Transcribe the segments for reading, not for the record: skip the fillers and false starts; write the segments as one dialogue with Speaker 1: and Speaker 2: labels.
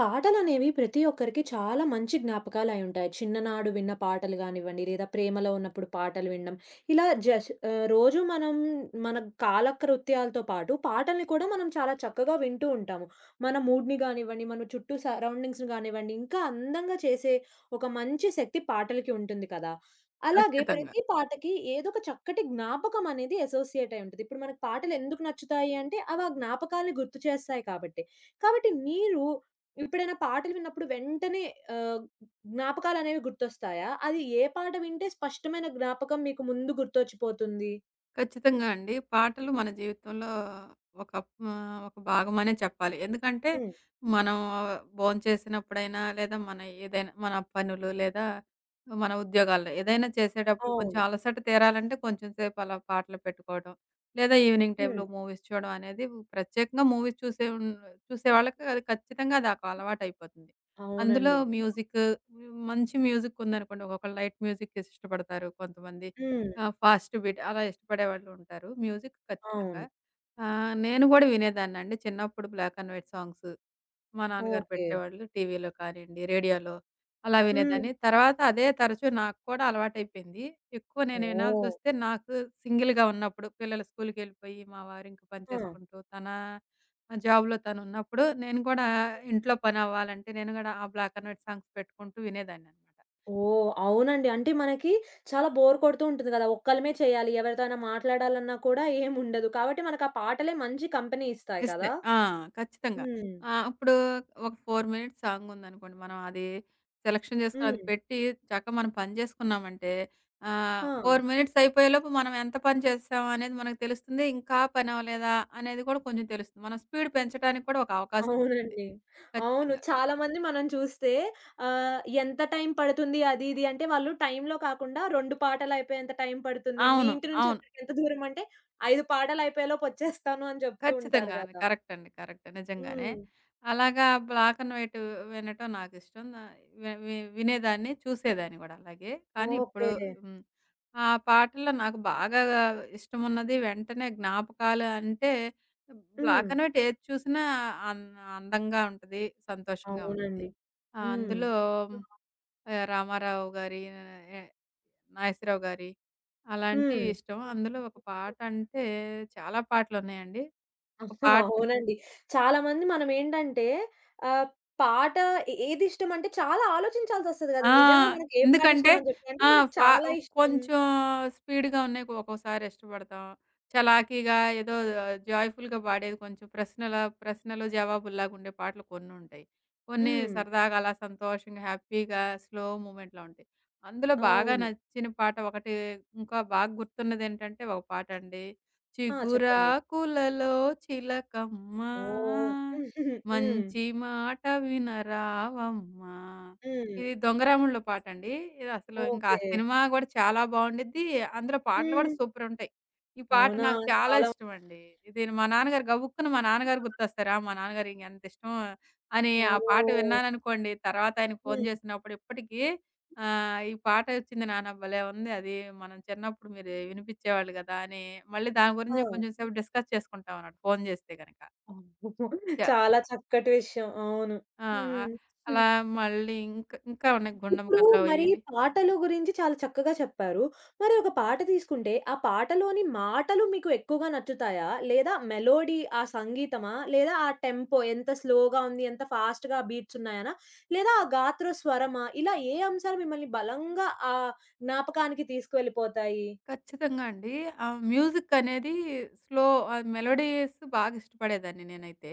Speaker 1: పాటలనేవి ప్రతి ఒక్కరికి చాలా మంచి జ్ఞాపకాలయుంటాయి. చిన్ననాడు విన్న పాటలు గానివ్వండి, లేదా ప్రేమలో ఉన్నప్పుడు పాటలు వినడం. ఇలా రోజు మనం మన కాలకృత్యాలతో పాటు పాటల్ని కూడా మనం చాలా చక్కగా వింటూ ఉంటాము. మన మూడ్‌ని గానివ్వండి, మన చుట్టూ సరౌండింగ్స్‌ని గానివ్వండి, ఇంకా అందంగా చేసే ఒక మంచి శక్తి పాటలకి ఉంటుంది కదా! అలాగే
Speaker 2: ఖచ్చితంగా.
Speaker 1: ప్రతి పాటకి ఏదో ఒక చక్కటి జ్ఞాపకం అనేది అసోసియేట్ అయి ఉంటది. ఇప్పుడు మనకు పాటలు ఎందుకు నచ్చుతాయి అంటే, అవి ఆ జ్ఞాపకాల్ని గుర్తు చేస్తాయి కాబట్టి. కాబట్టి మీరు ఇప్పుడైనా పాటలు విన్నప్పుడు వెంటనే ఆహ్, జ్ఞాపకాలనేవి గుర్తొస్తాయా? అది ఏ పాట వింటే స్పష్టమైన జ్ఞాపకం మీకు ముందు గుర్తొచ్చిపోతుంది?
Speaker 2: ఖచ్చితంగా అండి. పాటలు మన జీవితంలో ఒక ఒక భాగమనే చెప్పాలి. ఎందుకంటే
Speaker 1: హ్మ్.
Speaker 2: మనం భోంచేసినప్పుడైనా, లేదా మన పనులు లేదా మన ఉద్యోగాల్లో ఏదైనా చేసేటప్పుడు కొంచెం
Speaker 1: అవును.
Speaker 2: అలసట తీరాలంటే కొంచెం సేపు అలా పాటలు పెట్టుకోవడం. లేదా ఈవినింగ్
Speaker 1: హ్మ్.
Speaker 2: టైమ్‌లో మూవీస్ చూడడం అనేది ప్రత్యేకంగా మూవీస్ చూసే ఉన్ చూసేవాళ్ళకి అది ఖచ్చితంగా అదొక అలవాటయిపోతుంది. అందులో
Speaker 1: అవునండి.
Speaker 2: మంచి మ్యూజిక్ ఉందనుకోండి. ఒక్కొక్కళ్ళు లైట్ మ్యూజిక్ ఇష్టపడతారు కొంతమంది.
Speaker 1: హ్మ్.
Speaker 2: ఆ! ఫాస్ట్ బీట్ అలా ఇష్టపడేవాళ్ళు ఉంటారు. మ్యూజిక్ ఖచ్చితంగా.
Speaker 1: అవును.
Speaker 2: నేను గూడా వినేదాన్నండి. చిన్నప్పుడు బ్లాక్ అండ్ వైట్ సాంగ్స్ మా నాన్నగారు
Speaker 1: ఓకే.
Speaker 2: పెట్టేవాళ్ళు. టీవీలో కానియండి, రేడియోలో అలా
Speaker 1: హ్మ్.
Speaker 2: వినేదాన్ని. తర్వాత అదే తరచూ నాకు కూడా అలవాటైపోయింది. ఎక్కువ నేను
Speaker 1: ఓహ్!
Speaker 2: వినాల్సొస్తే నాకు సింగిల్‌గా ఉన్నప్పుడు పిల్లలు స్కూలుకెళ్ళిపోయి, మా వారు ఇంక పని
Speaker 1: ఆ!
Speaker 2: చేసుకుంటూ, తన జాబ్‌లో తనున్నప్పుడు నేను గూడా ఇంట్లో పని అవ్వాలంటే నేను గూడా ఆ బ్లాక్ అండ్ వైట్ సాంగ్స్ పెట్టుకుంటూ వినేదాన్ననమాట.
Speaker 1: ఓహ్! అవునండి. అంటే మనకి చాలా బోర్ కొడుతూ ఉంటుంది కదా! ఒక్కళ్ళమే చేయాలి. ఎవరితోనైనా మాట్లాడాలన్నా కూడా ఏముండదు. కాబట్టి మనకు ఆ పాటలే మంచి కంపెనీ ఇస్తాయి
Speaker 2: ఇస్తే.
Speaker 1: కదా!
Speaker 2: ఆ! ఖచ్చితంగా.
Speaker 1: హ్మ్.
Speaker 2: ఇప్పుడు ఒక 4 మినిట్స్ సాంగ్ ఉందనుకోండి. మనం అది సెలక్షన్ చేసుకొని అది
Speaker 1: హ్మ్.
Speaker 2: పెట్టి చక్కగా మనం పని చేసుకున్నామంటే
Speaker 1: ఆ!
Speaker 2: 4 మినిట్స్ అయిపోయేలోపు మనం ఎంత పని చేసామా అనేది మనకు తెలుస్తుంది. ఇంకా పని అవ్వలేదా అనేది కూడా కొంచెం తెలుస్తుంది. మనం స్పీడ్ పెంచడానికి కూడా ఒక అవకాశం ఉంటుంది.
Speaker 1: అవునండి. అవును.
Speaker 2: ఖచ్చితంగా.
Speaker 1: చాలా మంది మనం చూస్తే ఎంత టైం పడుతుంది అది ఇది అంటే వాళ్ళు టైంలో కాకుండా 2 పాటలయిపోయేంత టైం పడుతుంది. మీ
Speaker 2: అవును.
Speaker 1: ఇంటి నుంచి
Speaker 2: అవును.
Speaker 1: అక్కడికి ఎంత దూరం అంటే 5 పాటలయిపోయేలోపు వచ్చేస్తాను అని చెప్తూ ఉంటారు
Speaker 2: ఖచ్చితంగాను.
Speaker 1: గదా!
Speaker 2: కరెక్ట్ అండి. కరెక్ట్. నిజంగానే.
Speaker 1: హ్మ్.
Speaker 2: అలాగా బ్లాక్ అండ్ వైట్ వినటం నాకిష్టం. నా వి వి వినేదాన్ని, చూసేదాన్ని గూడా అలాగే. కానీ ఇప్పుడు
Speaker 1: ఓకే.
Speaker 2: హ్మ్. ఆ పాటల్లో నాకు బాగా ఇష్టమున్నది వెంటనే జ్ఞాపకాలు అంటే
Speaker 1: హ్మ్.
Speaker 2: బ్లాక్ అండ్ వైట్ ఏది చూసినా అం అందంగా ఉంటది. సంతోషంగా ఉంటది.
Speaker 1: అవునండి.
Speaker 2: ఆహ్,
Speaker 1: హ్మ్.
Speaker 2: అందులో రామారావు గారి, ఎ నాగేశ్వరరావు గారి
Speaker 1: హ్మ్.
Speaker 2: అలాంటివి ఇష్టం. అందులో ఒక పాట అంటే చాలా పాటలున్నాయండి. ఒక పాట
Speaker 1: అవునండి. చాలామంది మనమేంటంటే ఆహ్, పాట ఏదిష్టమంటే చాలా ఆలోచించాల్సొస్తది గదా!
Speaker 2: ఆ!
Speaker 1: నిజంగా మనకి ఏ
Speaker 2: ఎందుకంటే
Speaker 1: పాటిష్టమని జెప్పి అంటే
Speaker 2: ఆ!
Speaker 1: మనకి
Speaker 2: ఫా
Speaker 1: చాలా ఇష్టం.
Speaker 2: కొంచెం స్పీడ్‌గా ఉన్నాయి ఒక్కోసారి ఇష్టపడతాం. చలాకీగా ఏదో జాయ్‌ఫుల్‌గా పాడేది కొంచెం ప్రశ్నలు జవాబుల్లాగా ఉండే పాటలు కొన్నుంటాయి. కొన్ని
Speaker 1: హ్మ్.
Speaker 2: సరదాగా అలా సంతోషంగా, హ్యాపీగా, స్లో మూవ్‌మెంట్‌లో ఉంటాయి. అందులో బాగా
Speaker 1: అవును.
Speaker 2: నచ్చిన పాట ఒకటి ఇంకా బాగా గుర్తున్నదేంటంటే ఒక పాటండి.
Speaker 1: ఆ! చెప్పండి.
Speaker 2: చిగురాకులలో చిలకమ్మా
Speaker 1: ఓహ్! హ్మ్.
Speaker 2: మంచి మాట వినరావమ్మా.
Speaker 1: హ్మ్.
Speaker 2: ఇది 'దొంగరాముడులో' పాటండి. ఇది అసలు ఇంకా ఆ
Speaker 1: ఓకే.
Speaker 2: సినిమా గూడా చాలా బావుండిద్ది. అందులో పాటలు గూడా
Speaker 1: హ్మ్.
Speaker 2: సూపరుంటాయి. ఈ పాట
Speaker 1: అవునా!
Speaker 2: నాకు చాలా
Speaker 1: చాలా
Speaker 2: ఇష్టమండి. ఇది మా నాన్నగారు గుర్తొస్తారు. ఆ! మా నాన్నగారికి ఎంతిష్టం అని ఆ పాట
Speaker 1: ఓహ్!
Speaker 2: విన్నాననుకోండి, తర్వాత ఆయనకి ఫోను
Speaker 1: హ్మ్.
Speaker 2: జేసినప్పుడు ఇప్పటికీ "ఈ పాట వచ్చింది నాన్న భలే ఉంది. అది మనం చిన్నప్పుడు మీరు వినిపిచ్చేవాళ్ళు గదా!" అని మళ్ళీ దాని
Speaker 1: ఆ!
Speaker 2: గురించి కొంచెం సేపు డిస్కస్ చేసుకుంటాం అన్నమాట ఫోను జేస్తే గనక.
Speaker 1: అమ్మో!
Speaker 2: చ
Speaker 1: చాలా చక్కటి విషయం. అవును.
Speaker 2: ఆ!
Speaker 1: హ్మ్.
Speaker 2: అలా మళ్ళీ ఇంకా ఉన్నాయి. 'గుండమ్మ
Speaker 1: ఇప్పుడు
Speaker 2: కథలో'
Speaker 1: మరి
Speaker 2: ఇయన్నీ.
Speaker 1: పాటలు గురించి చాలా చక్కగా చెప్పారు. మరి ఒక పాట తీసుకుంటే, ఆ పాటలోని మాటలు మీకు ఎక్కువగా నచ్చుతాయా? లేదా మెలోడీ ఆ సంగీతమా? లేదా ఆ టెంపో ఎంత స్లోగా ఉంది, ఎంత ఫాస్ట్‌గా బీట్స్ ఉన్నాయనా? లేదా ఆ గాత్ర స్వరమా? ఇలా ఏ అంశాలు మిమ్మల్ని బలంగా ఆ జ్ఞాపకానికి తీసుకువెళ్ళిపోతాయి?
Speaker 2: ఖచ్చితంగా అండి. ఆ మ్యూజికనేది స్లో మెలోడీస్ బాగా ఇష్టపడేదాన్ని నేనైతే.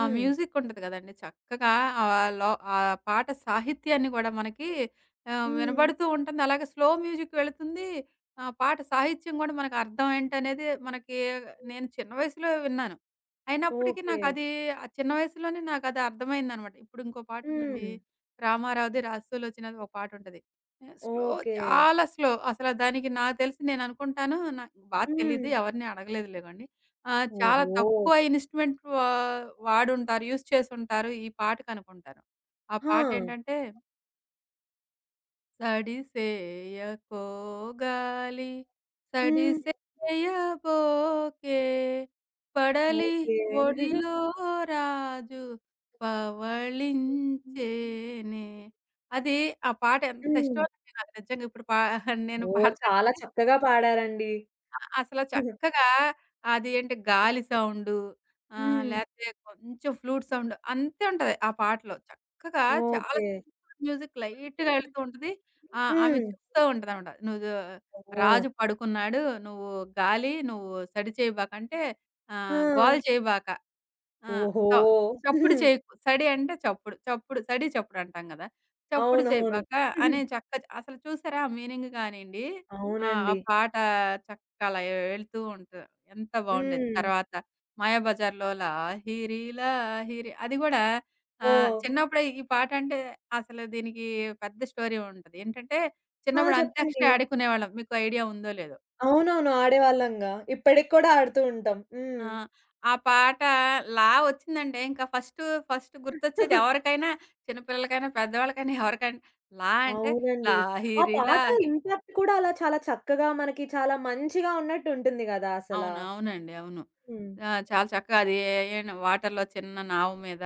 Speaker 2: ఆ మ్యూజిక్ ఉంటది గదండీ! చక్కగా ఆహ్, లో ఆ పాట సాహిత్యాన్ని గూడా మనకి
Speaker 1: హ్మ్.
Speaker 2: వినబడుతూ ఉంటుంది. అలాగే స్లో మ్యూజిక్ వెళుతుంది. ఆ పాట సాహిత్యం గూడా మనకు అర్థం ఏంటనేది మనకి నేను చిన్న వయసులో విన్నాను. అయినప్పటికీ
Speaker 1: ఓకే.
Speaker 2: నాకది ఆ చిన్న వయసులోనే నాకది అర్థమైందనమాట. ఇప్పుడు ఇంకో
Speaker 1: హ్మ్.
Speaker 2: పాటుందండి. రామారావుది 'రాస్తోలో' వచ్చిన ఒక పాటుంటది. ఆ! Slow
Speaker 1: okay.
Speaker 2: చాలా స్లో. అసల దానికి నాకు తెలిసి నేననుకుంటాను నాకు బాగా
Speaker 1: హ్మ్.
Speaker 2: తెలీదు. ఎవరిని అడగలేదులేండి. చాలా
Speaker 1: ఓహో!
Speaker 2: తక్కువ ఇన్‌స్ట్రుమెంట్ వా వాడుంటారు. యూజ్ చేసుంటారు ఈ పాటకనుకుంటాను. ఆ
Speaker 1: ఆ!
Speaker 2: పాటేంటంటే సడిసేయకో గాలి
Speaker 1: హ్మ్.
Speaker 2: సడిసేయబోకే పడలి
Speaker 1: ఓకే.
Speaker 2: ఒడిలో రాజు పవళించేనే. అది ఆ పాట ఎంత
Speaker 1: హ్మ్.
Speaker 2: ఇష్టమో నాకు నిజంగా ఇప్పుడు నేను
Speaker 1: ఓహ్! చాలా
Speaker 2: పాడతంటే
Speaker 1: చక్కగా పాడారండి.
Speaker 2: అసల చక్కగా అది ఏంటి గాలి సౌండు
Speaker 1: హ్మ్.
Speaker 2: లేతే కొంచెం ఫ్లూట్ సౌండ్ అంతే ఉంటది ఆ పాటలో. చక్కగా చాలా
Speaker 1: ఓకే.
Speaker 2: సింపుల్ మ్యూజిక్ లైట్‌గా ఎళ్తూ ఉంటది. ఆమె
Speaker 1: హ్మ్.
Speaker 2: చెప్తూ ఉంటదనమాట.
Speaker 1: ఓహ్!
Speaker 2: రాజు పడుకున్నాడు. నువ్వు సడి చేయబాకంటే
Speaker 1: ఆ!
Speaker 2: గోల చేయబాక. ఆ!
Speaker 1: ఓహో!
Speaker 2: చ చప్పుడు చేయకు. సడి అంటే చప్పుడు. చప్పుడు సడి చప్పుడు అంటాం గదా! చప్పుడు
Speaker 1: అవునవును.
Speaker 2: చేయబాక అనే చక్క అసలు చూసారా ఆ మీనింగ్ గానియండి. ఆ! ఆ
Speaker 1: అవునండి.
Speaker 2: పాట చక్కగా అలా వెళ్తూ ఉంటది. ఎంత బావుండేది.
Speaker 1: హ్మ్.
Speaker 2: తర్వాత 'మాయాబజార్‌లో' లాహిరి లాహిరి అది గూడా
Speaker 1: ఓహ్!
Speaker 2: చిన్నప్పుడు ఈ పాటంటే అసలు దీనికి పెద్ద స్టోరీ ఉంటది. ఏంటంటే
Speaker 1: ఆ!
Speaker 2: చిన్నప్పుడు
Speaker 1: చెప్పండి.
Speaker 2: అంత్యాక్షరి ఆడుకునేవాళ్ళం. మీకు ఐడియా ఉందో లేదో?
Speaker 1: అవునవును. ఆడేవాళ్ళంగా. ఇప్పటికి కూడా ఆడుతూ ఉంటాం. హ్మ్.
Speaker 2: ఆ! ఆ పాట లా వచ్చిందంటే ఇంకా ఫస్ట్ గుర్తొచ్చేది ఎవరికైనా చిన్న పిల్లలకైనా, పెద్దవాళ్ళకైనా ఎవరికైనా లా అంటే
Speaker 1: అవునండి. ఆ
Speaker 2: లాహిరి
Speaker 1: పాట
Speaker 2: లాహిరి.
Speaker 1: ఇంపాక్ట్ కూడా అలా చాలా చక్కగా మనకి చాలా మంచిగా ఉన్నట్టు ఉంటుంది గదా! అసల.
Speaker 2: అవును. అవునండి. అవును.
Speaker 1: హ్మ్.
Speaker 2: ఆ! చాలా చక్కగా అది ఏన్ వాటర్‌లో చిన్న నావ మీద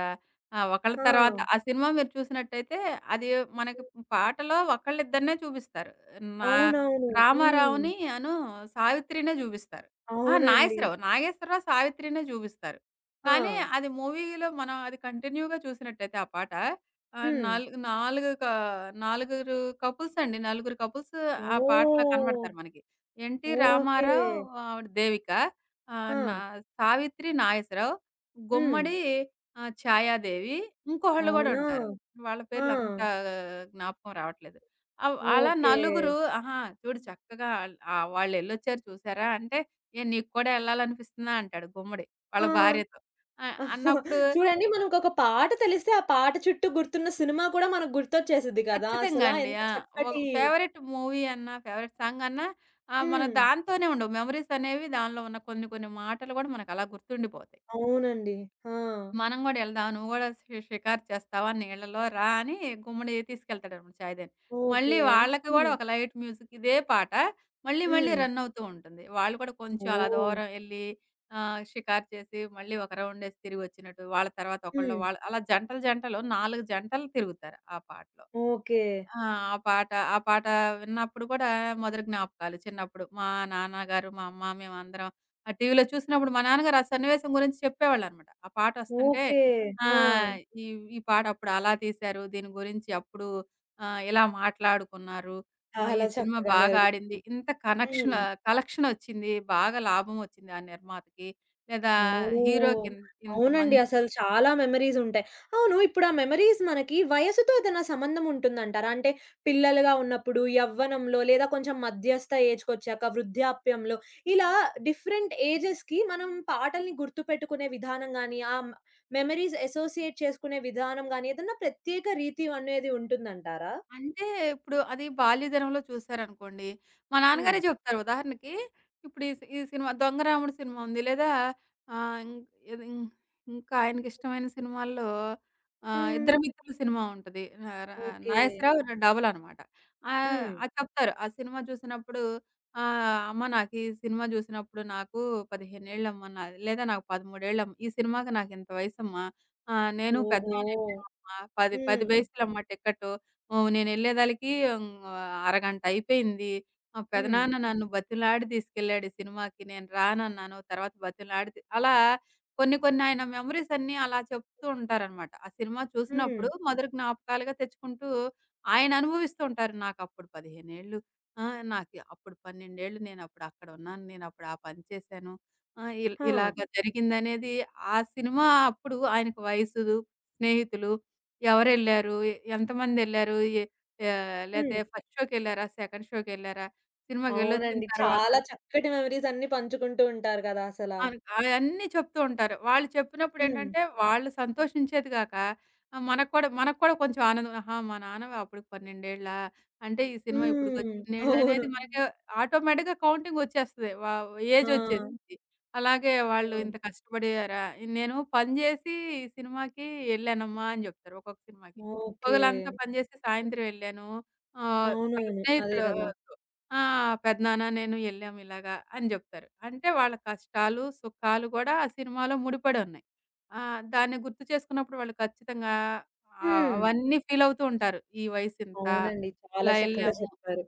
Speaker 2: ఒకళ్ళ తర్వాత
Speaker 1: ఆ!
Speaker 2: ఆ సినిమా మీరు చూసినట్టయితే అది మనకి పాటలో ఒకళ్ళిద్దరినే చూపిస్తారు. నా
Speaker 1: అవునవును. హ్మ్.
Speaker 2: 'రామారావుని' 'సావిత్రినే' చూపిస్తారు.
Speaker 1: అవునండి.
Speaker 2: నాగేశ్వరరావు 'సావిత్రినే' చూపిస్తారు.
Speaker 1: ఆ!
Speaker 2: కానీ అది మూవీలో మనం అది కంటిన్యూగా చూసినట్టయితే ఆ పాట ఆహ్,
Speaker 1: హ్మ్.
Speaker 2: నాలుగు నాలుగు క నలుగురు కపుల్స్ అండి. నలుగురు కపుల్స్ ఆ పాటలో
Speaker 1: ఓహ్!
Speaker 2: కనబడతారు మనకి. NT
Speaker 1: okay.
Speaker 2: రామారావు, ఆవిడ దేవిక. ఆహ్,
Speaker 1: ఆ!
Speaker 2: నా 'సావిత్రి నాగేశ్వరరావు',
Speaker 1: హ్మ్.
Speaker 2: గుమ్మడి ఛాయాదేవి ఇంకోళ్ళు గూడా
Speaker 1: అవునా?
Speaker 2: ఉంటారు. వాళ్ళ
Speaker 1: ఆ!
Speaker 2: పేర్లు అంత జ్ఞాపకం రావట్లేదు. అలా
Speaker 1: ఓకే.
Speaker 2: నలుగురు ఆహా! చూడు చక్కగా వాళ్ళెళ్ళొచ్చారు చూసారా? అంటే, "ఏ నీకు కూడా ఎళ్ళాలనిపిస్తుందా?" అంటాడు గుమ్మడి
Speaker 1: ఆ!
Speaker 2: వాళ్ళ భార్యతో. అన్నప్పుడు
Speaker 1: చూడండి మనకొక పాట తెలిస్తే, ఆ పాట చుట్టూ గుర్తున్న సినిమా కూడా మనకు గుర్తొచ్చేసిద్ది కదా!
Speaker 2: ఖచ్చితంగా
Speaker 1: అసలా
Speaker 2: అండి.
Speaker 1: ఎంత
Speaker 2: ఆ! ఒక
Speaker 1: చక్కటి
Speaker 2: ఫేవరెట్ మూవీ అన్నా, ఫేవరెట్ సాంగ్ అన్నా మన
Speaker 1: హ్మ్.
Speaker 2: దాంతోనే ఉండవు. మెమోరీస్ అనేవి దానిలో ఉన్న కొన్ని కొన్ని మాటలు గూడా మనకలా గుర్తుండిపోతాయి.
Speaker 1: అవునండి. ఆ!
Speaker 2: మనం గూడా ఎళ్దాం, నువ్వు గూడా షికారు చేస్తావా నీళ్ళలో రా అని గుమ్మడి తీసుకెళ్తాడనమాట చాయ్‌దని.
Speaker 1: ఓకే.
Speaker 2: మళ్ళీ వాళ్ళకి గూడా
Speaker 1: హ్మ్.
Speaker 2: ఒక లైట్ మ్యూజిక్ ఇదే పాట మళ్ళీ మళ్ళీ
Speaker 1: హ్మ్.
Speaker 2: రన్ అవుతూ ఉంటుంది. వాళ్ళు కూడా కొంచెం అలా
Speaker 1: ఓహ్!
Speaker 2: దూరం ఎళ్లి షికారు చేసి మళ్ళీ ఒక రౌండేసి తిరిగొచ్చినట్టు, వాళ్ళ తర్వాత ఒకళ్ళు
Speaker 1: హ్మ్.
Speaker 2: వాళ్ళు అలా జంటలు జంటలు 4 జంటలు తిరుగుతారు ఆ పాటలో.
Speaker 1: ఓకే.
Speaker 2: ఆ! ఆ పాట విన్నప్పుడు కూడా మొదటి జ్ఞాపకాలు చిన్నప్పుడు. మా నాన్నగారు, మా అమ్మ మేమందరం ఆ టీవీలో చూసినప్పుడు మా నాన్నగారు ఆ సన్నివేశం గురించి చెప్పేవాళ్ళనమాట. ఆ పాటొస్తుంటే
Speaker 1: ఓకే. ఆ!
Speaker 2: ఆహ్, ఈ ఈ పాట అప్పుడు అలా తీశారు. దీని గురించి అప్పుడు ఇలా మాట్లాడుకున్నారు. ఈ
Speaker 1: చాలా
Speaker 2: సినిమా
Speaker 1: చక్కగా
Speaker 2: బాగా ఆడింది.
Speaker 1: జరుగుతుంది.
Speaker 2: ఇంత కనెక్షన్
Speaker 1: హ్మ్.
Speaker 2: కలెక్షనొచ్చింది. బాగా లాభమొచ్చింది ఆ నిర్మాతకి. లేదా
Speaker 1: ఓహ్! హ్మ్.
Speaker 2: హీరోకిన్ ఇంత మం
Speaker 1: అవునండి. అసలు చాలా మెమోరీస్ ఉంటాయి. అవును. ఇప్పుడు ఆ మెమోరీస్ మనకి వయసుతో ఏదైనా సంబంధం ఉంటుందంటారా? అంటే పిల్లలుగా ఉన్నప్పుడు, యవ్వనంలో లేదా కొంచెం మధ్యస్థ ఏజ్‌కొచ్చాక, వృద్ధాప్యంలో ఇలా డిఫరెంట్ ఏజెస్‌కి మనం పాటల్ని గుర్తుపెట్టుకునే విధానం గాని, ఆ మ్ మెమోరీస్ అసోసియేట్ చేసుకునే విధానం గాని ఏదన్నా ప్రత్యేక రీతి అనేది ఉంటుందంటారా?
Speaker 2: అంటే ఇప్పుడు అది బాల్యదినంలో చూసారనుకోండి, మా
Speaker 1: హ్మ్.
Speaker 2: నాన్నగారే చెప్తారు ఉదాహరణకి, ఇప్పుడు ఈ సినిమా 'దొంగరాముడు' సినిమా ఉంది. లేదా ఆహ్, ఇం ఇది ఇం ఇంకా ఆయనకిష్టమైన సినిమాల్లో
Speaker 1: హ్మ్.
Speaker 2: 'ఇద్దరు మిత్రులు' సినిమా ఉంటది. న ర
Speaker 1: ఓకే.
Speaker 2: నాగేశ్వరరావు, డబల్ అనమాట.
Speaker 1: హ్మ్.
Speaker 2: అది చెప్తారు. ఆ సినిమా చూసినప్పుడు "అమ్మ నాకు ఈ సినిమా చూసినప్పుడు నాకు 15 ఏళ్ళమ్మా లేదా నాకు 13 ఏళ్ళమ్మ. ఈ సినిమాకి నాకింత వయసమ్మా. నేను
Speaker 1: ఓహో!
Speaker 2: పెద్దనాన్నేళ్ళమ్మా. 10, 10
Speaker 1: హ్మ్.
Speaker 2: పైసలమ్మా టికెటు. ఓహ్! నేనెళ్ళేదలకి అరగంట అయిపోయింది. మా
Speaker 1: హ్మ్.
Speaker 2: పెదనాన్న నన్ను బతిమిలాడి తీసుకెళ్ళాడు ఈ సినిమాకి. నేను రానన్నాను. తర్వాత బతిమిలాడి తీ అలా కొన్ని కొన్ని ఆయన మెమోరీస్ అన్నీ అలా చెప్తూ ఉంటారనమాట. ఆ సినిమా
Speaker 1: హ్మ్.
Speaker 2: చూసినప్పుడు మధుర జ్ఞాపకాలుగా తెచ్చుకుంటూ ఆయన అనుభవిస్తూ ఉంటారు. నాకప్పుడు 15 ఏళ్ళు ఆ! నాకు అప్పుడు 12 ఏళ్ళు నేనప్పుడు అక్కడ ఉన్నాను. నేనప్పుడు ఆ పని చేశాను. ఆ!
Speaker 1: ఆ!
Speaker 2: ఇలాగ జరిగిందనేది ఆ సినిమా అప్పుడు ఆయనకు వయసు, స్నేహితులు ఎవరెళ్లారు? ఎంతమందెళ్లారు? ఎ
Speaker 1: హ్మ్.
Speaker 2: లేతే ఫస్ట్ షోకెళ్లారా? సెకండ్ షోకెళ్లారా? సినిమాకెళ్ళొచ్చిన
Speaker 1: అవునండి.
Speaker 2: తర్వాత
Speaker 1: చాలా చక్కటి మెమోరీస్ అన్నీ పంచుకుంటూ ఉంటారు కదా అసలా.
Speaker 2: అవును. అయన్నీ చెప్తూ ఉంటారు. వాళ్ళు
Speaker 1: హ్మ్.
Speaker 2: చెప్పినప్పుడేంటంటే, వాళ్ళు సంతోషించేది గాక, ఆహ్, మనకు కూడా మనకు కూడా కొంచెం ఆనందం. ఆహా! మా నాన్న అప్పుడు 12 ఏళ్ళా? అంటే ఈ సినిమా ఇప్పుడుకొచ్చి
Speaker 1: హ్మ్. అవును.
Speaker 2: ఇన్నేళ్ళనేది మనకి ఆటోమేటిక్‌గా కౌంటింగొచ్చేస్తది.
Speaker 1: ఆ!
Speaker 2: ఏజొచ్చేసిద్ది. అలాగే వాళ్ళు
Speaker 1: అవును.
Speaker 2: ఇంత కష్టపడారా? నేను పని జేసి ఈ సినిమాకి ఎళ్ళానమ్మా అని జెప్తారు ఒక్కొక్క సినిమాకి.
Speaker 1: ఓకే.
Speaker 2: పగలంతా పని జేసి సాయంత్రం ఎళ్ళాను. తన
Speaker 1: అవునవును. అదే
Speaker 2: స్నేహితుడు
Speaker 1: కదా!
Speaker 2: ఆ! పెదనాన్న నేను ఎళ్ళాం ఇలాగా అని జెప్తారు. అంటే వాళ్ళ కష్టాలు, సుఖాలు గూడా ఆ సినిమాలో ముడిపడి ఉన్నాయి. ఆ! దాన్ని గుర్తు చేసుకున్నప్పుడు వాళ్ళు ఖచ్చితంగా ఆహ్, హ్మ్.
Speaker 1: హ్మ్.
Speaker 2: అవన్నీ ఫీలవుతూ ఉంటారు. ఈ వయసింత,
Speaker 1: అవునండి. చాలా
Speaker 2: ఇలా
Speaker 1: చక్కగా
Speaker 2: ఎళ్ళాము,
Speaker 1: చెప్పారు.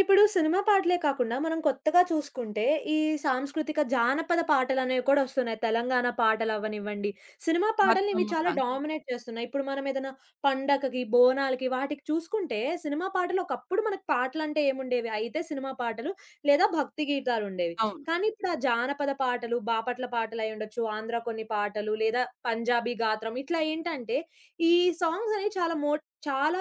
Speaker 1: ఇప్పుడు సినిమా పాటలే కాకుండా మనం కొత్తగా చూసుకుంటే, ఈ సాంస్కృతిక జానపద పాటలనేవి కూడా వస్తున్నాయి. తెలంగాణ పాటలవ్వనివ్వండి, సినిమా పాటల్ని ఇవి
Speaker 2: బతుకమ్మ
Speaker 1: చాలా
Speaker 2: సాంగ్స్.
Speaker 1: డామినేట్ చేస్తున్నాయి. ఇప్పుడు మనం ఏదైనా పండగకి, బోనాలకి వాటికి చూసుకుంటే సినిమా పాటలు ఒకప్పుడు మనకు పాటలంటే ఏముండేవి? అయితే సినిమా పాటలు లేదా భక్తి గీతాలుండేవి.
Speaker 2: అవును.
Speaker 1: కానీ ఇప్పుడు ఆ జానపద పాటలు, బాపట్ల పాటలయ్యుండొచ్చు, ఆంధ్ర కొన్ని పాటలు లేదా పంజాబీ గాత్రం ఇట్లా ఏంటంటే, ఈ సాంగ్స్ అనేవి చాలా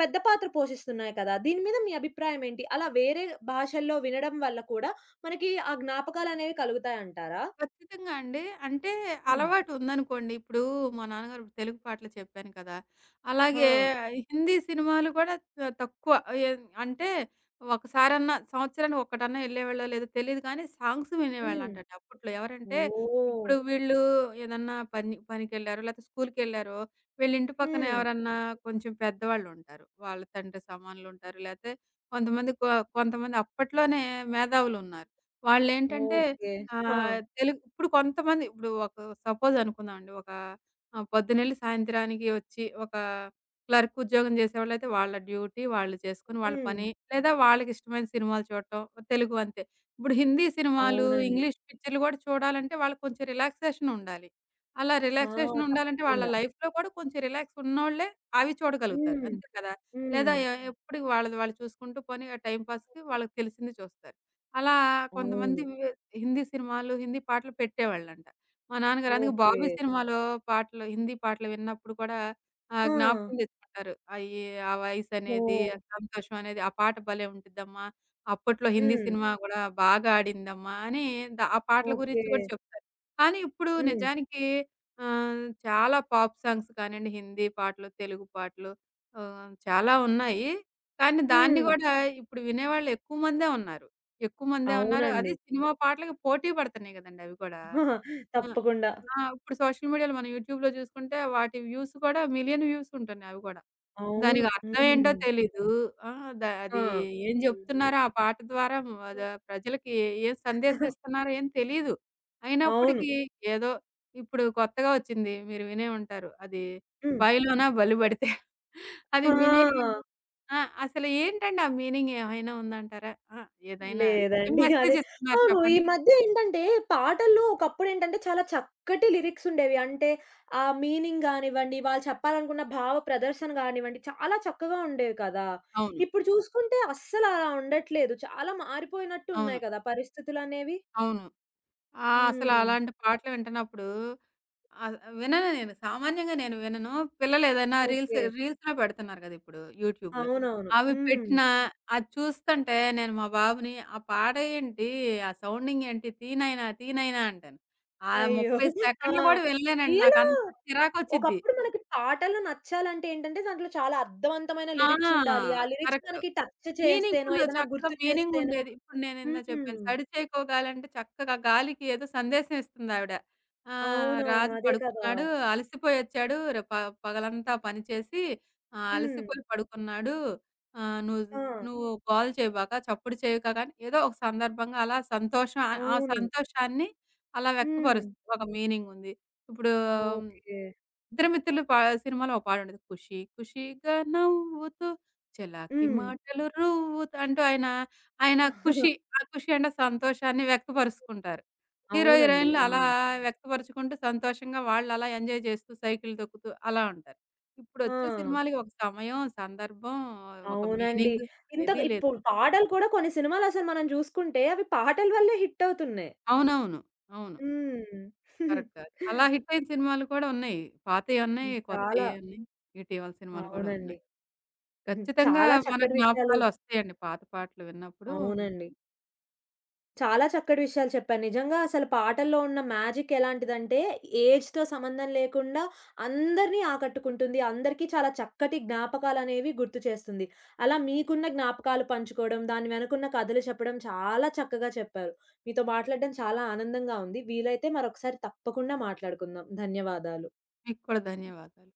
Speaker 1: పెద్ద పాత్ర పోషిస్తున్నాయి కదా! దీని మీద మీ అభిప్రాయం ఏంటి? అలా వేరే భాషల్లో వినడం వల్ల కూడా మనకి ఆ జ్ఞాపకాలనేవి కలుగుతాయంటారా?
Speaker 2: ఖచ్చితంగా అండి. అంటే
Speaker 1: హ్మ్.
Speaker 2: అలవాటు ఉందనుకోండి. ఇప్పుడు మా నాన్నగారు తెలుగు పాటలు చెప్పాను కదా!
Speaker 1: ఆ!
Speaker 2: అలాగే హిందీ సినిమాలు కూడా తక్కువ. ఏన్ అంటే ఒకసారన్నా సంవత్సరానికి ఒక్కటన్నా ఎళ్ళేవాళ్ళో లేదో తెలీదు కానీ సాంగ్స్
Speaker 1: హ్మ్.
Speaker 2: వినేవాళ్ళంటండి అప్పట్లో. ఎవరంటే
Speaker 1: ఓహ్!
Speaker 2: ఇప్పుడు వీళ్ళు ఏదన్నా పని పనికెళ్లారో లేతే స్కూలుకెళ్లారో వీళ్ళ ఇంటి పక్కన
Speaker 1: హ్మ్.
Speaker 2: ఎవరన్నా కొంచెం పెద్దవాళ్ళుంటారు. వాళ్ళ తండ్రి సమానులుంటారు లేతే కొంతమంది కొ కొంతమంది అప్పట్లోనే మేధావులున్నారు. వాళ్ళేంటంటే
Speaker 1: ఓకే. ఆ!
Speaker 2: ఆహ్, తెలుగు ఇప్పుడు కొంతమంది ఇప్పుడు ఒక సపోజ్ అనుకుందామండి. ఒక పొద్దునెళ్లి సాయంత్రానికి వచ్చి ఒక క్లర్క్ ఉద్యోగం చేసేవాళ్ళైతే వాళ్ళ డ్యూటీ వాళ్ళు చేసుకొని వాళ్ళ
Speaker 1: హ్మ్.
Speaker 2: పని. లేదా వాళ్ళకిష్టమైన సినిమాలు చూడటం. తెలుగు అంతే. ఇప్పుడు హిందీ సినిమాలు,
Speaker 1: అవునండి.
Speaker 2: ఇంగ్లీష్ పిక్చర్‌లు కూడా చూడాలంటే వాళ్ళకి కొంచెం రిలాక్సేషన్ ఉండాలి. అలా
Speaker 1: ఆ!
Speaker 2: రిలాక్సేషన్ ఉండాలంటే వాళ్ళ
Speaker 1: తప్పకుండా.
Speaker 2: లైఫ్‌లో కూడా కొంచెం రిలాక్స్ ఉన్నోళ్ళే అవి చూడగలుగుతారు.
Speaker 1: హ్మ్.
Speaker 2: అంతే కదా! లేదా
Speaker 1: హ్మ్.
Speaker 2: ఎప్పటికి వాళ్ళది వాళ్ళు చూసుకుంటూ పోనీ టైమ్ పాస్‌కి వాళ్ళకి తెలిసింది చూస్తారు. అలా
Speaker 1: అవును.
Speaker 2: కొంతమంది హిందీ సినిమాలు, హిందీ పాటలు పెట్టేవాళ్ళంట. మా నాన్నగారు అందుకే ఓకే.
Speaker 1: ఓకే.
Speaker 2: 'బాబీ' సినిమాలో పాటలు, హిందీ పాటలు విన్నప్పుడు కూడా
Speaker 1: ఆ!
Speaker 2: జ్ఞాపకం తెచ్చుకుంటారు. ఆ వయసనేది,
Speaker 1: ఓహ్!
Speaker 2: ఆ సంతోషం అనేది, "ఆ పాట భలే ఉంటుద్దమ్మా! అప్పట్లో హిందీ
Speaker 1: హ్మ్.
Speaker 2: సినిమా గూడా బాగా ఆడిందమ్మా" అని ఆ పాటల
Speaker 1: ఓకే.
Speaker 2: గురించి కూడా చెప్తారు. కానీ ఇప్పుడు
Speaker 1: హ్మ్.
Speaker 2: నిజానికి చాలా పాప్ సాంగ్స్ కానియండి, హిందీ పాటలు, తెలుగు పాటలు చాలా ఉన్నాయి. కానీ దాన్ని
Speaker 1: హ్మ్.
Speaker 2: గూడా ఇప్పుడు వినేవాళ్ళు ఎక్కువ మందే ఉన్నారు. ఎక్కువ మందే ఉన్నారు. అది
Speaker 1: అవునండి.
Speaker 2: సినిమా పాటలకి పోటీ పడుతున్నాయి గదండీ! అవి కూడా. ఆ!
Speaker 1: తప్పకుండా.
Speaker 2: ఆ! ఇప్పుడు సోషల్ మీడియాలో మనం యూట్యూబ్‌లో చూసుకుంటే వాటి వ్యూస్ కూడా మిలియన్ వ్యూస్ ఉంటున్నాయి అవి కూడా.
Speaker 1: అవును.
Speaker 2: దానికి అర్థం ఏంటో
Speaker 1: హ్మ్.
Speaker 2: తెలీదు. ఆ! అది ఏం జెప్తున్నారో ఆ పాట ద్వారా మ ద ప్రజలకి ఏం సందేశం
Speaker 1: ఆ!
Speaker 2: ఇస్తున్నారో ఏం తెలీదు.
Speaker 1: అవును.
Speaker 2: అయినప్పటికీ ఏదో ఇప్పుడు కొత్తగా వచ్చింది. మీరు వినే ఉంటారు. అది
Speaker 1: హ్మ్.
Speaker 2: "బయలోన బలి పడితే" అది మిలియన్
Speaker 1: ఆ!
Speaker 2: ఆ! అసలు ఏంటండి ఆ మీనింగ్ ఏమైనా ఉందంటారా? ఆ! ఏదైనా అసలు ఏం
Speaker 1: లేదండి.
Speaker 2: మెసేజ్ ఇస్తున్నారు
Speaker 1: అవును. ఈ
Speaker 2: చెప్పండి?
Speaker 1: మధ్య ఏంటంటే పాటల్లో ఒకప్పుడేంటంటే చాలా చక్కటి లిరిక్స్ ఉండేవి. అంటే ఆ మీనింగ్ గానివ్వండి, వాళ్ళు చెప్పాలనుకున్న భావ ప్రదర్శన గానివ్వండి, చాలా చక్కగా ఉండేవి కదా!
Speaker 2: అవును.
Speaker 1: ఇప్పుడు చూసుకుంటే అస్సలు అలా ఉండట్లేదు. చాలా మారిపోయినట్టు
Speaker 2: అవును.
Speaker 1: ఉన్నాయి కదా! పరిస్థితులనేవి.
Speaker 2: అవును. ఆ! అసలు
Speaker 1: హ్మ్.
Speaker 2: అలాంటి పాటలు వింటున్నప్పుడు వినను నేను. సామాన్యంగా నేను వినను. పిల్లలు ఏదైనా
Speaker 1: ఓకే.
Speaker 2: రీల్స్‌లో పెడుతున్నారు కదా! ఇప్పుడు యూట్యూబ్‌లో.
Speaker 1: అవునవును.
Speaker 2: అవి
Speaker 1: హ్మ్.
Speaker 2: పెట్టినా అది చూస్తుంటే నేను మా బాబుని "ఆ పాట ఏంటి? ఆ సౌండింగ్ ఏంటి? తీ నాయనా, తీ నాయనా" అంటాను. ఆ
Speaker 1: అయ్యో!
Speaker 2: 30
Speaker 1: ఆ!
Speaker 2: సెకండ్లు కూడా వినలేనండి.
Speaker 1: పిల్లలు
Speaker 2: నాకు అంత చిరాకొచ్చిద్ది.
Speaker 1: ఒకప్పుడు మనకి పాటలు నచ్చాలంటే ఏంటంటే, దాంట్లో చాలా అర్థవంతమైన
Speaker 2: ఆ!
Speaker 1: లిరిక్స్ ఉండాలి. ఆ లిరిక్స్
Speaker 2: కరెక్ట్.
Speaker 1: మనకి టచ్ చేస్తేనో,
Speaker 2: మీనింగ్‌ఫుల్
Speaker 1: ఏదైనా
Speaker 2: చక్కగా
Speaker 1: గుర్తు
Speaker 2: మీనింగ్
Speaker 1: చేస్తేనో
Speaker 2: ఉండేది. ఇప్పుడు నేను ఇందా
Speaker 1: హ్మ్.
Speaker 2: చెప్పాను. సడిచేయకోగాలంటే చక్కగా గాలికి ఏదో సందేశం ఇస్తుందావిడ.
Speaker 1: అవునవును.
Speaker 2: రాజు
Speaker 1: అదే కదా!
Speaker 2: పడుకున్నాడు, అలసిపోయొచ్చాడు. రే ప పగలంతా పని చేసి
Speaker 1: హ్మ్.
Speaker 2: అలసిపోయి పడుకున్నాడు. ఆహ్, నువ్వు
Speaker 1: ఆ!
Speaker 2: నువ్వు గోల చేయబాక, చప్పుడు చేయక అని ఏదో ఒక సందర్భంగా అలా సంతోషం ఆ
Speaker 1: అవును.
Speaker 2: సంతోషాన్ని అలా
Speaker 1: హ్మ్.
Speaker 2: వ్యక్తపరుస్తుంది. ఒక మీనింగ్ ఉంది. ఇప్పుడు
Speaker 1: ఓకే.
Speaker 2: 'ఇద్దరు మిత్రులు' పా సినిమాలో ఒక పాటుండేది. 'ఖుషీ ఖుషీగా నవ్వుతూ' 'చెలాకి
Speaker 1: హ్మ్.
Speaker 2: మాటలు రవ్వుత' అంటూ ఆయన, ఆయన ఖుషి, ఆ ఖుషి అంటే సంతోషాన్ని వ్యక్తపరుచుకుంటారు. హీరో,
Speaker 1: అవునండి.
Speaker 2: హీరోయిన్‌లు
Speaker 1: ఆ!
Speaker 2: అలా వ్యక్తపరుచుకుంటూ సంతోషంగా వాళ్ళు అలా ఎంజాయ్ చేస్తూ, సైకిల్ తొక్కుతూ అలా ఉంటారు.
Speaker 1: ఆ!
Speaker 2: ఇప్పుడొచ్చే సినిమాలకి ఒక సమయం, సందర్భం, ఒక
Speaker 1: అవునండి.
Speaker 2: మీనింగ్ ఏదీ
Speaker 1: ఇప్పుడు
Speaker 2: లేదండి.
Speaker 1: పాటలు కూడా కొన్ని సినిమాలు అసలు మనం చూసుకుంటే, అవి పాటల వల్లే హిట్ అవుతున్నాయి.
Speaker 2: అవునవును. అవును.
Speaker 1: హ్మ్.
Speaker 2: కరెక్ట్. అలా హిట్టయిన సినిమాలు కూడా ఉన్నాయి. పాతయున్నాయి,
Speaker 1: చాలా
Speaker 2: కొత్తయున్నాయి. ఇటీవల సినిమాలు కూడా
Speaker 1: అవునండి.
Speaker 2: ఉన్నాయి. ఖచ్చితంగా
Speaker 1: చాలా
Speaker 2: మన
Speaker 1: చక్కటి విషయాలు
Speaker 2: జ్ఞాపకాలొస్తాయండి పాత పాటలు విన్నప్పుడు.
Speaker 1: అవునండి. చాలా చక్కటి విషయాలు చెప్పారు. నిజంగా అసలు పాటల్లో ఉన్న మ్యాజిక్ ఎలాంటిదంటే, ఏజ్‌తో సంబంధం లేకుండా అందరిని ఆకట్టుకుంటుంది. అందరికీ చాలా చక్కటి జ్ఞాపకాలనేవి గుర్తు చేస్తుంది. అలా మీకున్న జ్ఞాపకాలు పంచుకోవడం, దాని వెనకున్న కథలు చెప్పడం చాలా చక్కగా చెప్పారు. మీతో మాట్లాడడం చాలా ఆనందంగా ఉంది. వీలైతే మరొకసారి తప్పకుండా మాట్లాడుకుందాం. ధన్యవాదాలు.
Speaker 2: మీకు కూడా ధన్యవాదాలు.